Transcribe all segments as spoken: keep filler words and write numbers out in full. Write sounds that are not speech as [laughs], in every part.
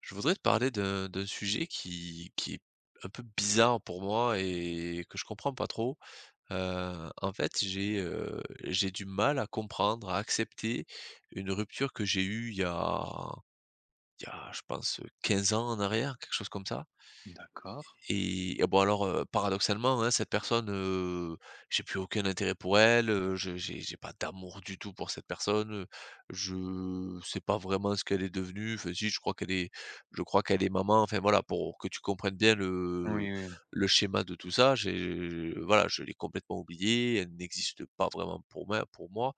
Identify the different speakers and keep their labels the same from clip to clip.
Speaker 1: Je voudrais te parler d'un d'un sujet qui qui est un peu bizarre pour moi et que je comprends pas trop. Heu, en fait, j'ai, heu, j'ai du mal à comprendre, à accepter une rupture que j'ai eue il y a il y a, je pense, heu, quinze ans en arrière, quelque chose comme ça.
Speaker 2: D'accord.
Speaker 1: Et et bon alors, heu, paradoxalement, hein, cette personne, heu, j'ai plus aucun intérêt pour elle, heu, je j'ai j'ai pas d'amour du tout pour cette personne, heu, je sais pas vraiment ce qu'elle est devenue. Enfin si, je crois qu'elle est je crois qu'elle est maman. Enfin voilà, pour que tu comprennes bien le
Speaker 2: Oui, oui.
Speaker 1: le schéma de tout ça, j'ai voilà, je l'ai complètement oubliée, elle n'existe pas vraiment pour moi pour moi.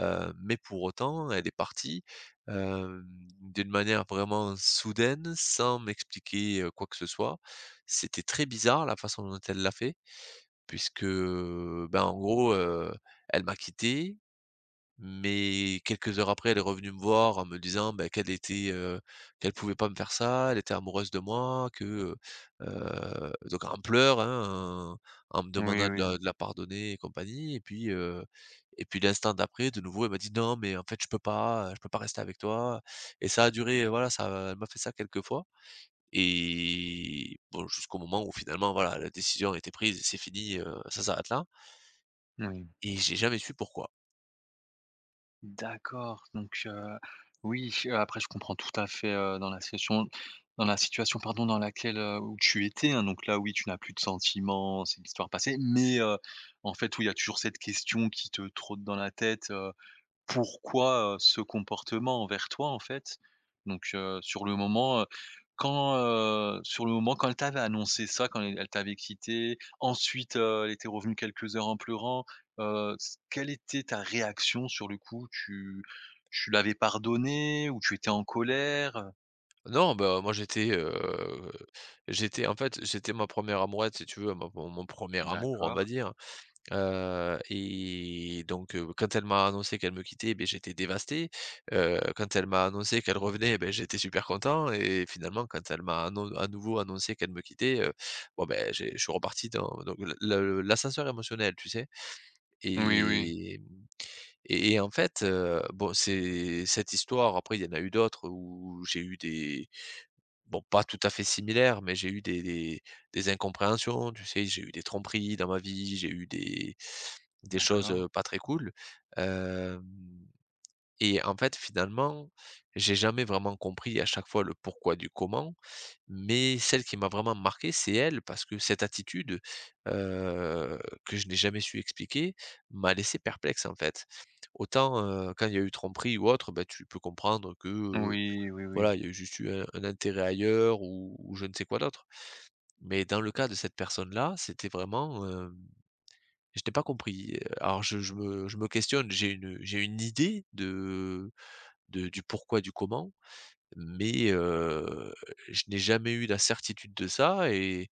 Speaker 1: Heu, mais pour autant, elle est partie, hem, d'une manière vraiment soudaine, sans m'expliquer, heu, quoi que ce soit. C'était très bizarre la façon dont elle l'a fait puisque, ben, en gros, heu, elle m'a quitté, mais quelques heures après, elle est revenue me voir en me disant, bah, qu'elle était, heu, qu'elle pouvait pas me faire ça, elle était amoureuse de moi, que, heu donc en pleurs, hein, en en me
Speaker 2: Oui,
Speaker 1: demandant de
Speaker 2: oui.
Speaker 1: la de la pardonner et compagnie et puis, heu et puis l'instant d'après, de nouveau, elle m'a dit: «Non, mais en fait, je peux pas, je peux pas rester avec toi» et ça a duré, voilà, ça elle m'a fait ça quelques fois et bon, jusqu'au moment où finalement, voilà, la décision a été prise et c'est fini, heu, ça s'arrête là
Speaker 2: Oui.
Speaker 1: et j'ai jamais su pourquoi.
Speaker 2: D'accord, donc heu, oui, heu, après je comprends tout à fait, heu, dans la situation, dans la situation, pardon, dans laquelle, heu, où tu étais, hein, donc là, oui, tu n'as plus de sentiments, c'est l'histoire passée, mais heu, en fait, oui, il y a toujours cette question qui te trotte dans la tête, pourquoi, heu, ce comportement envers toi, en fait. Donc, heu, sur le moment, heu, quand, heu, sur le moment, quand elle t'avait annoncé ça, quand elle elle t'avait quitté, ensuite, heu, elle était revenue quelques heures en pleurant, heu, s quelle était ta réaction sur le coup? Tu tu l'avais pardonné ou tu étais en colère?
Speaker 1: Non, bah, moi j'étais, heu, j'étais en fait, j'étais ma première amourette, si tu veux, mon mon mon premier amour, on
Speaker 2: D'accord.
Speaker 1: va dire, heu et donc heu, quand elle m'a annoncé qu'elle me quittait, eh ben j'étais dévasté, heu, quand elle m'a annoncé qu'elle revenait, eh ben j'étais super content et finalement quand elle m'a annon à nouveau annoncé qu'elle me quittait, heu, bon, ben j'ai je suis reparti dans donc le le l'ascenseur émotionnel, tu sais?
Speaker 2: Oui, oui.
Speaker 1: Et mmh et et en fait, heu, bon, c'est cette histoire après il y en a eu d'autres où j'ai eu des bon, pas tout à fait similaires, mais j'ai eu des des des incompréhensions, tu sais? J'ai eu des tromperies dans ma vie, j'ai eu des des choses,
Speaker 2: D'accord.
Speaker 1: heu, pas très cool, hem et en fait, finalement, j'ai jamais vraiment compris à chaque fois le pourquoi du comment, mais celle qui m'a vraiment marqué, c'est elle parce que cette attitude, heu, que je n'ai jamais su expliquer, m'a laissé perplexe, en fait. Autant, heu, quand il y a eu tromperie ou autre, ben tu peux comprendre que,
Speaker 2: Oui, oui, oui.
Speaker 1: voilà, il y a eu juste eu un un intérêt ailleurs ou ou je ne sais quoi d'autre. Mais dans le cas de cette personne-là, c'était vraiment, hem, je n'ai pas compris. Alors je je me je me questionne, j'ai une j'ai une idée de de du pourquoi, du comment, mais heu, je n'ai jamais eu la certitude de ça et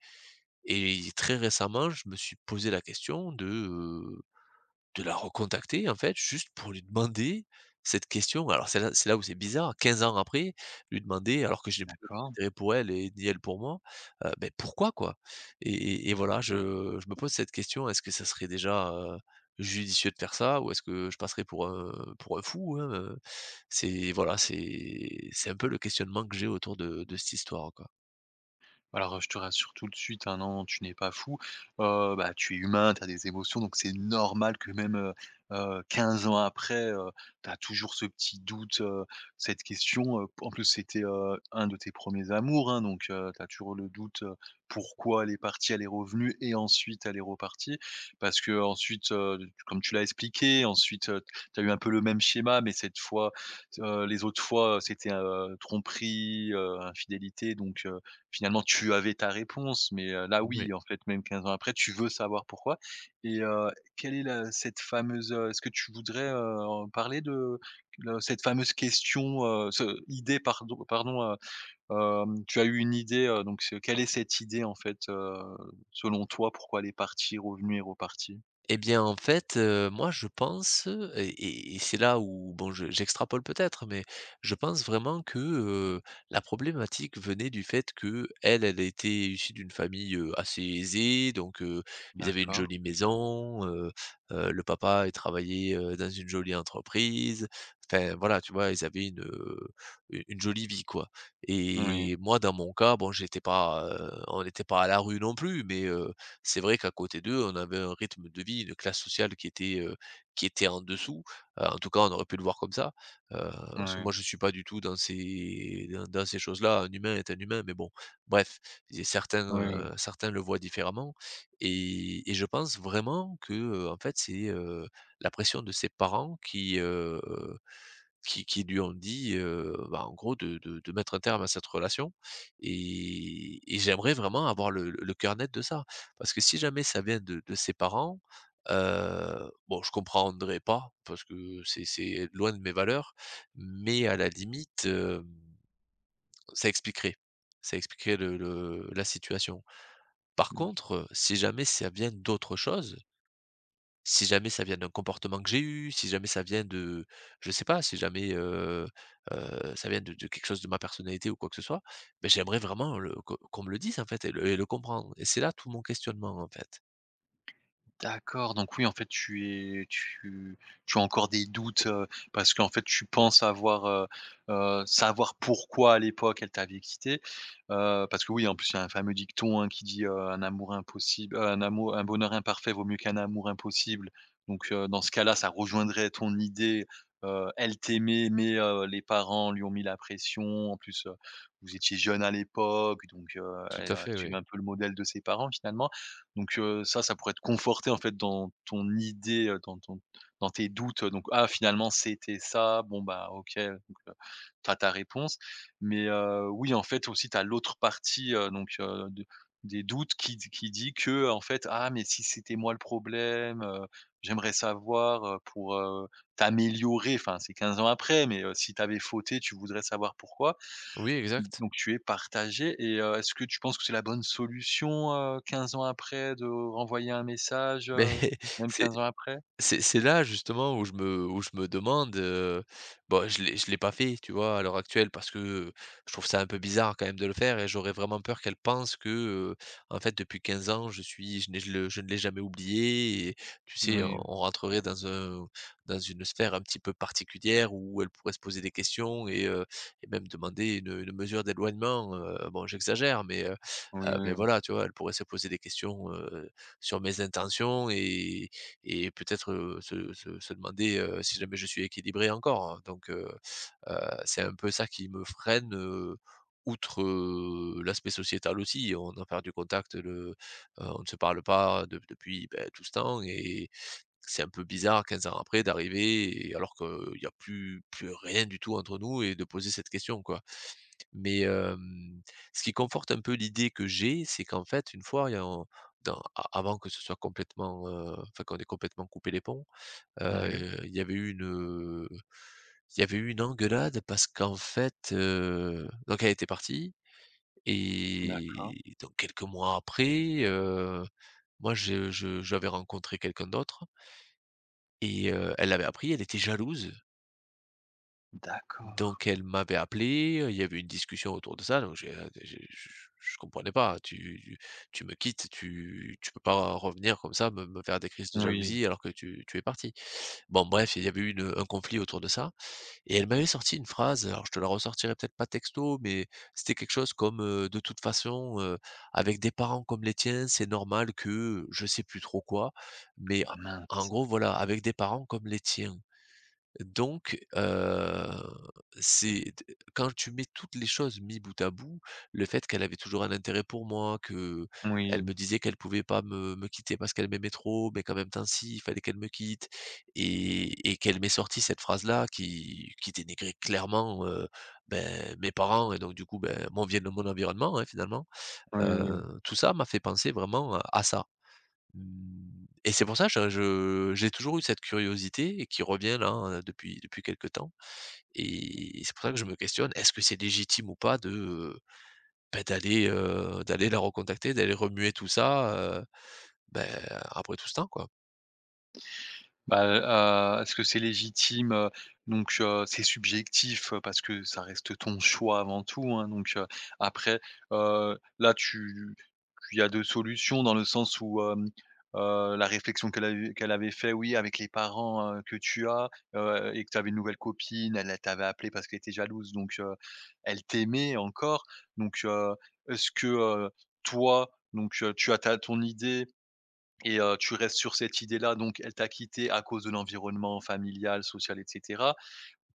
Speaker 1: et très récemment, je me suis posé la question de, euh, de la recontacter en fait, juste pour lui demander cette question. Alors c'est là c'est là où c'est bizarre, quinze ans après, lui demander alors que je n'ai plus
Speaker 2: D'accord.
Speaker 1: d'intérêt pour elle et ni elle pour moi, heu, beh, pourquoi quoi? Et et et voilà, je je me pose cette question, est-ce que ça serait déjà, heu, judicieux de faire ça? Ou est-ce que je passerais pour un pour un fou, hein, heu? C'est voilà, c'est c'est un peu le questionnement que j'ai autour de de cette histoire, quoi.
Speaker 2: Alors, je te rassure tout de suite, hein, non, tu n'es pas fou. Heu, bah, tu es humain, tu as des émotions, donc c'est normal que même, heu heu, quinze ans après, heu, tu as toujours ce petit doute, heu, cette question, heu, en plus c'était, heu, un de tes premiers amours, hein, donc heu, tu as toujours le doute, heu, pourquoi elle est partie, elle est revenue et ensuite elle est repartie. Parce que ensuite, d comme tu l'as expliqué, ensuite, heu, tu as eu un peu le même schéma, mais cette fois, heu, les autres fois, c'était, heu, tromperie, heu, infidélité, donc heu, finalement, tu avais ta réponse, mais heu, là,
Speaker 1: Moui.
Speaker 2: oui, en fait, même quinze ans après, tu veux savoir pourquoi et heu, quelle est la cette fameuse, heu est-ce que tu voudrais, heu, en parler de le cette fameuse question, heu, ce idée, pardon, pardon, heu, hem, tu as eu une idée, heu, donc ce quelle est cette idée, en fait, heu, selon toi, pourquoi elle est partie, revenue et repartie?
Speaker 1: Eh bien, en fait, heu, moi, je pense, heu, et et et c'est là où bon, je j'extrapole peut-être, mais je pense vraiment que, heu, la problématique venait du fait que elle elle était issue d'une famille, heu, assez aisée, donc heu, ils avaient une
Speaker 2: D'accord.
Speaker 1: jolie maison, heu heu, le papa, il travaillait, heu, dans une jolie entreprise. Enfin, voilà, tu vois? Ils avaient une, heu, u une jolie vie, quoi
Speaker 2: Oui.
Speaker 1: et moi, dans mon cas, bon, j'étais pas, heu, on n'était pas à la rue non plus, mais heu c'est vrai qu'à côté d'eux, on avait un rythme de vie, une classe sociale qui était, heu, qui était en dessous. Heu, en tout cas, on aurait pu le voir comme ça. Heu, Parce que moi,
Speaker 2: Oui.
Speaker 1: je ne suis pas du tout dans ces dans dans ces choses-là. Un humain est un humain, mais bon, bref, et certains, heu, certains le voient différemment et et je pense vraiment que, heu, en fait, c'est, heu, la pression de ses parents qui, heu qui qui lui ont dit, heu, bah, en gros de de de mettre un terme à cette relation et et j'aimerais vraiment avoir le le cœur net de ça. Parce que si jamais ça vient de de ses parents, heu, bon je comprendrais pas parce que c'est c'est loin de mes valeurs, mais à la limite, hem, ça expliquerait ça expliquerait le le la situation. Par
Speaker 2: Oui.
Speaker 1: contre, si jamais ça vient d'autre chose, si jamais ça vient d'un comportement que j'ai eu, si jamais ça vient de je sais pas, si jamais, heu heu, ça vient de de quelque chose de ma personnalité ou quoi que ce soit, beh, j'aimerais vraiment le qu'on qu'on me le dise, en fait et le et le comprendre et c'est là tout mon questionnement, en fait.
Speaker 2: D'accord, donc oui, en fait, tu es tu tu as encore des doutes, heu, parce qu'en fait, tu penses avoir, heu heu, savoir pourquoi à l'époque elle t'avait quitté. Heu, parce que oui, en plus, il y a un fameux dicton, hein, qui dit, heu: «Un amour impossible, heu, un amour un bonheur imparfait vaut mieux qu'un amour impossible». Donc heu, dans ce cas-là, ça rejoindrait ton idée, heu, elle t'aimait, mais heu, les parents lui ont mis la pression. En plus, heu, vous étiez jeunes à l'époque, donc heu,
Speaker 1: Tout
Speaker 2: elle
Speaker 1: à
Speaker 2: a
Speaker 1: fait, oui.
Speaker 2: suivi un peu le modèle de ses parents, finalement. Donc heu, ça, ça pourrait te conforter en fait dans ton idée, heu, dans ton dans tes doutes, donc ah finalement c'était ça, bon bah OK, donc heu, tu ta réponse. Mais heu, oui, en fait aussi t'as l'autre partie, heu, donc heu, de des doutes qui qui dit que en fait: «Ah mais si c'était moi le problème, heu, j'aimerais savoir, heu, pour, heu, t'améliorer». Enfin c'est quinze ans après, mais heu, si t'avais avais fauté, tu voudrais savoir pourquoi.
Speaker 1: Oui, exact.
Speaker 2: Donc tu es partagé et heu, est-ce que tu penses que c'est la bonne solution, heu, quinze ans après de renvoyer un message,
Speaker 1: Mais
Speaker 2: heu,
Speaker 1: [laughs]
Speaker 2: même
Speaker 1: c'est
Speaker 2: quinze ans après?
Speaker 1: C'est c'est là justement où je me où je me demande, heu, bon je l'ai je l'ai pas fait, tu vois? À l'heure actuelle parce que, je trouve ça un peu bizarre quand même de le faire et j'aurais vraiment peur qu'elle pense que, heu, en fait depuis quinze ans je suis je n'ai je le je ne l'ai jamais oublié et tu sais, on
Speaker 2: Oui,
Speaker 1: on rentrerait dans un dans une sphère un petit peu particulière où elle pourrait se poser des questions et heu et même demander une, une mesure d'éloignement, heu, bon j'exagère mais, heu,
Speaker 2: oui,
Speaker 1: heu, beh,
Speaker 2: oui,
Speaker 1: voilà, tu vois? Elle pourrait se poser des questions, heu, sur mes intentions et et peut-être, heu, se se se demander, heu, si jamais je suis équilibré encore, hein. Donc heu heu, c'est un peu ça qui me freine, heu, outre, heu, l'aspect sociétal aussi. On a perdu contact, le heu, on ne se parle pas de depuis, beh, tout ce temps et c'est un peu bizarre quinze ans après d'arriver et alors qu'il n'y a plus plus rien du tout entre nous et de poser cette question, quoi. Mais, hem, ce qui conforte un peu l'idée que j'ai, c'est qu'en fait, une fois, il y a un dans a avant que ce soit complètement, heu, enfin qu'on ait complètement coupé les ponts,
Speaker 2: oui,
Speaker 1: heu, il y avait eu une, heu, il y avait eu une engueulade parce qu'en fait, heu, donc elle était partie
Speaker 2: d'accord,
Speaker 1: et donc quelques mois après, heu, moi je je j'avais rencontré quelqu'un d'autre et heu, elle l'avait appris, elle était jalouse.
Speaker 2: d'accord.
Speaker 1: Donc elle m'avait appelé, il y avait une discussion autour de ça, donc j'ai j'ai je je comprenais pas, tu tu tu me quittes, tu tu peux pas revenir comme ça, me me faire des crises de
Speaker 2: Oui.
Speaker 1: jalousie alors que tu tu es parti. Bon bref, il y avait eu une, un conflit autour de ça et elle m'avait sorti une phrase, alors je te la ressortirai peut-être pas texto, mais c'était quelque chose comme, heu: «De toute façon, heu, avec des parents comme les tiens, c'est normal que», je sais plus trop quoi, mais
Speaker 2: Ah
Speaker 1: en en
Speaker 2: mince.
Speaker 1: gros voilà: «Avec des parents comme les tiens». Donc, heu, c'est quand tu mets toutes les choses mis bout à bout, le fait qu'elle avait toujours un intérêt pour moi, que elle
Speaker 2: Oui,
Speaker 1: me disait qu'elle pouvait pas me me quitter parce qu'elle m'aimait trop, mais qu'en même temps si, il fallait qu'elle me quitte et et qu'elle m'ait sorti cette phrase-là qui qui dénigrait clairement, heu, ben, mes parents et donc du coup, ben, mon vie mon environnement, hein, finalement.
Speaker 2: oui, oui.
Speaker 1: Heu, tout ça m'a fait penser vraiment à à ça. Mmh et c'est pour ça je je j'ai toujours eu cette curiosité et qui revient là, hein, depuis depuis quelque temps et c'est pour ça que je me questionne, est-ce que c'est légitime ou pas de, heu, bah, d'aller, heu, d'aller la recontacter, d'aller remuer tout ça, heu, bah, après tout ce temps, quoi?
Speaker 2: Bah, heu, est-ce que c'est légitime, heu, donc heu, c'est subjectif, heu, parce que ça reste ton choix avant tout, hein, donc heu, après, heu, là tu il y a deux solutions dans le sens où, hem, heu, la réflexion qu'elle a qu'elle avait fait, oui, avec les parents, heu, que tu as, heu et que tu avais une nouvelle copine, elle elle t'avait appelé parce qu'elle était jalouse, donc heu, elle t'aimait encore, donc heu, est-ce que, heu, toi, donc heu, tu as ta ton idée et heu, tu restes sur cette idée-là, donc elle t'a quitté à cause de l'environnement familial, social, et cétéra.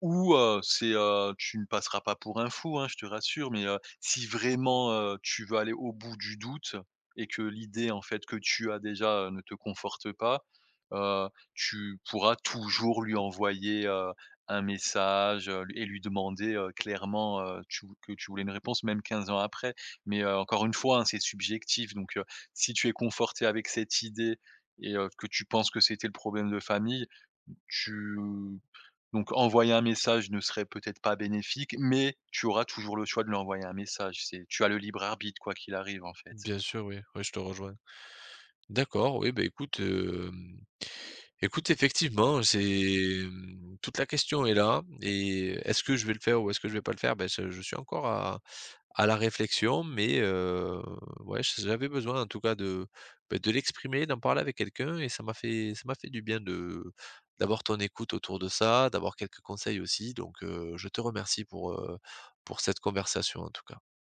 Speaker 2: Ou, heu, c'est, heu, tu ne passeras pas pour un fou, hein, je te rassure, mais, heu, si vraiment, heu, tu veux aller au bout du doute et que l'idée, en fait, que tu as déjà, heu, ne te conforte pas, heu, tu pourras toujours lui envoyer, heu, un message, heu, et lui demander, heu, clairement, heu, tu que tu voulais une réponse même quinze ans après. Mais, heu, encore une fois, hein, c'est subjectif donc, heu, si tu es conforté avec cette idée et heu, que tu penses que c'était le problème de famille, tu donc envoyer un message ne serait peut-être pas bénéfique, mais tu auras toujours le choix de lui envoyer un message. C'est Tu as le libre arbitre quoi qu'il arrive, en fait.
Speaker 1: Bien sûr, oui, oui, je te rejoins. D'accord, oui, ben écoute, hem, écoute, effectivement, c'est, mmh, toute la question est là et est-ce que je vais le faire ou est-ce que je vais pas le faire? Ben ce je suis encore à à la réflexion, mais heu, ouais, j'avais besoin en tout cas de, beh, de l'exprimer, d'en parler avec quelqu'un et ça m'a fait ça m'a fait du bien de d'avoir ton écoute autour de ça, d'avoir quelques conseils aussi donc heu, je te remercie pour, heu, pour cette conversation en tout cas.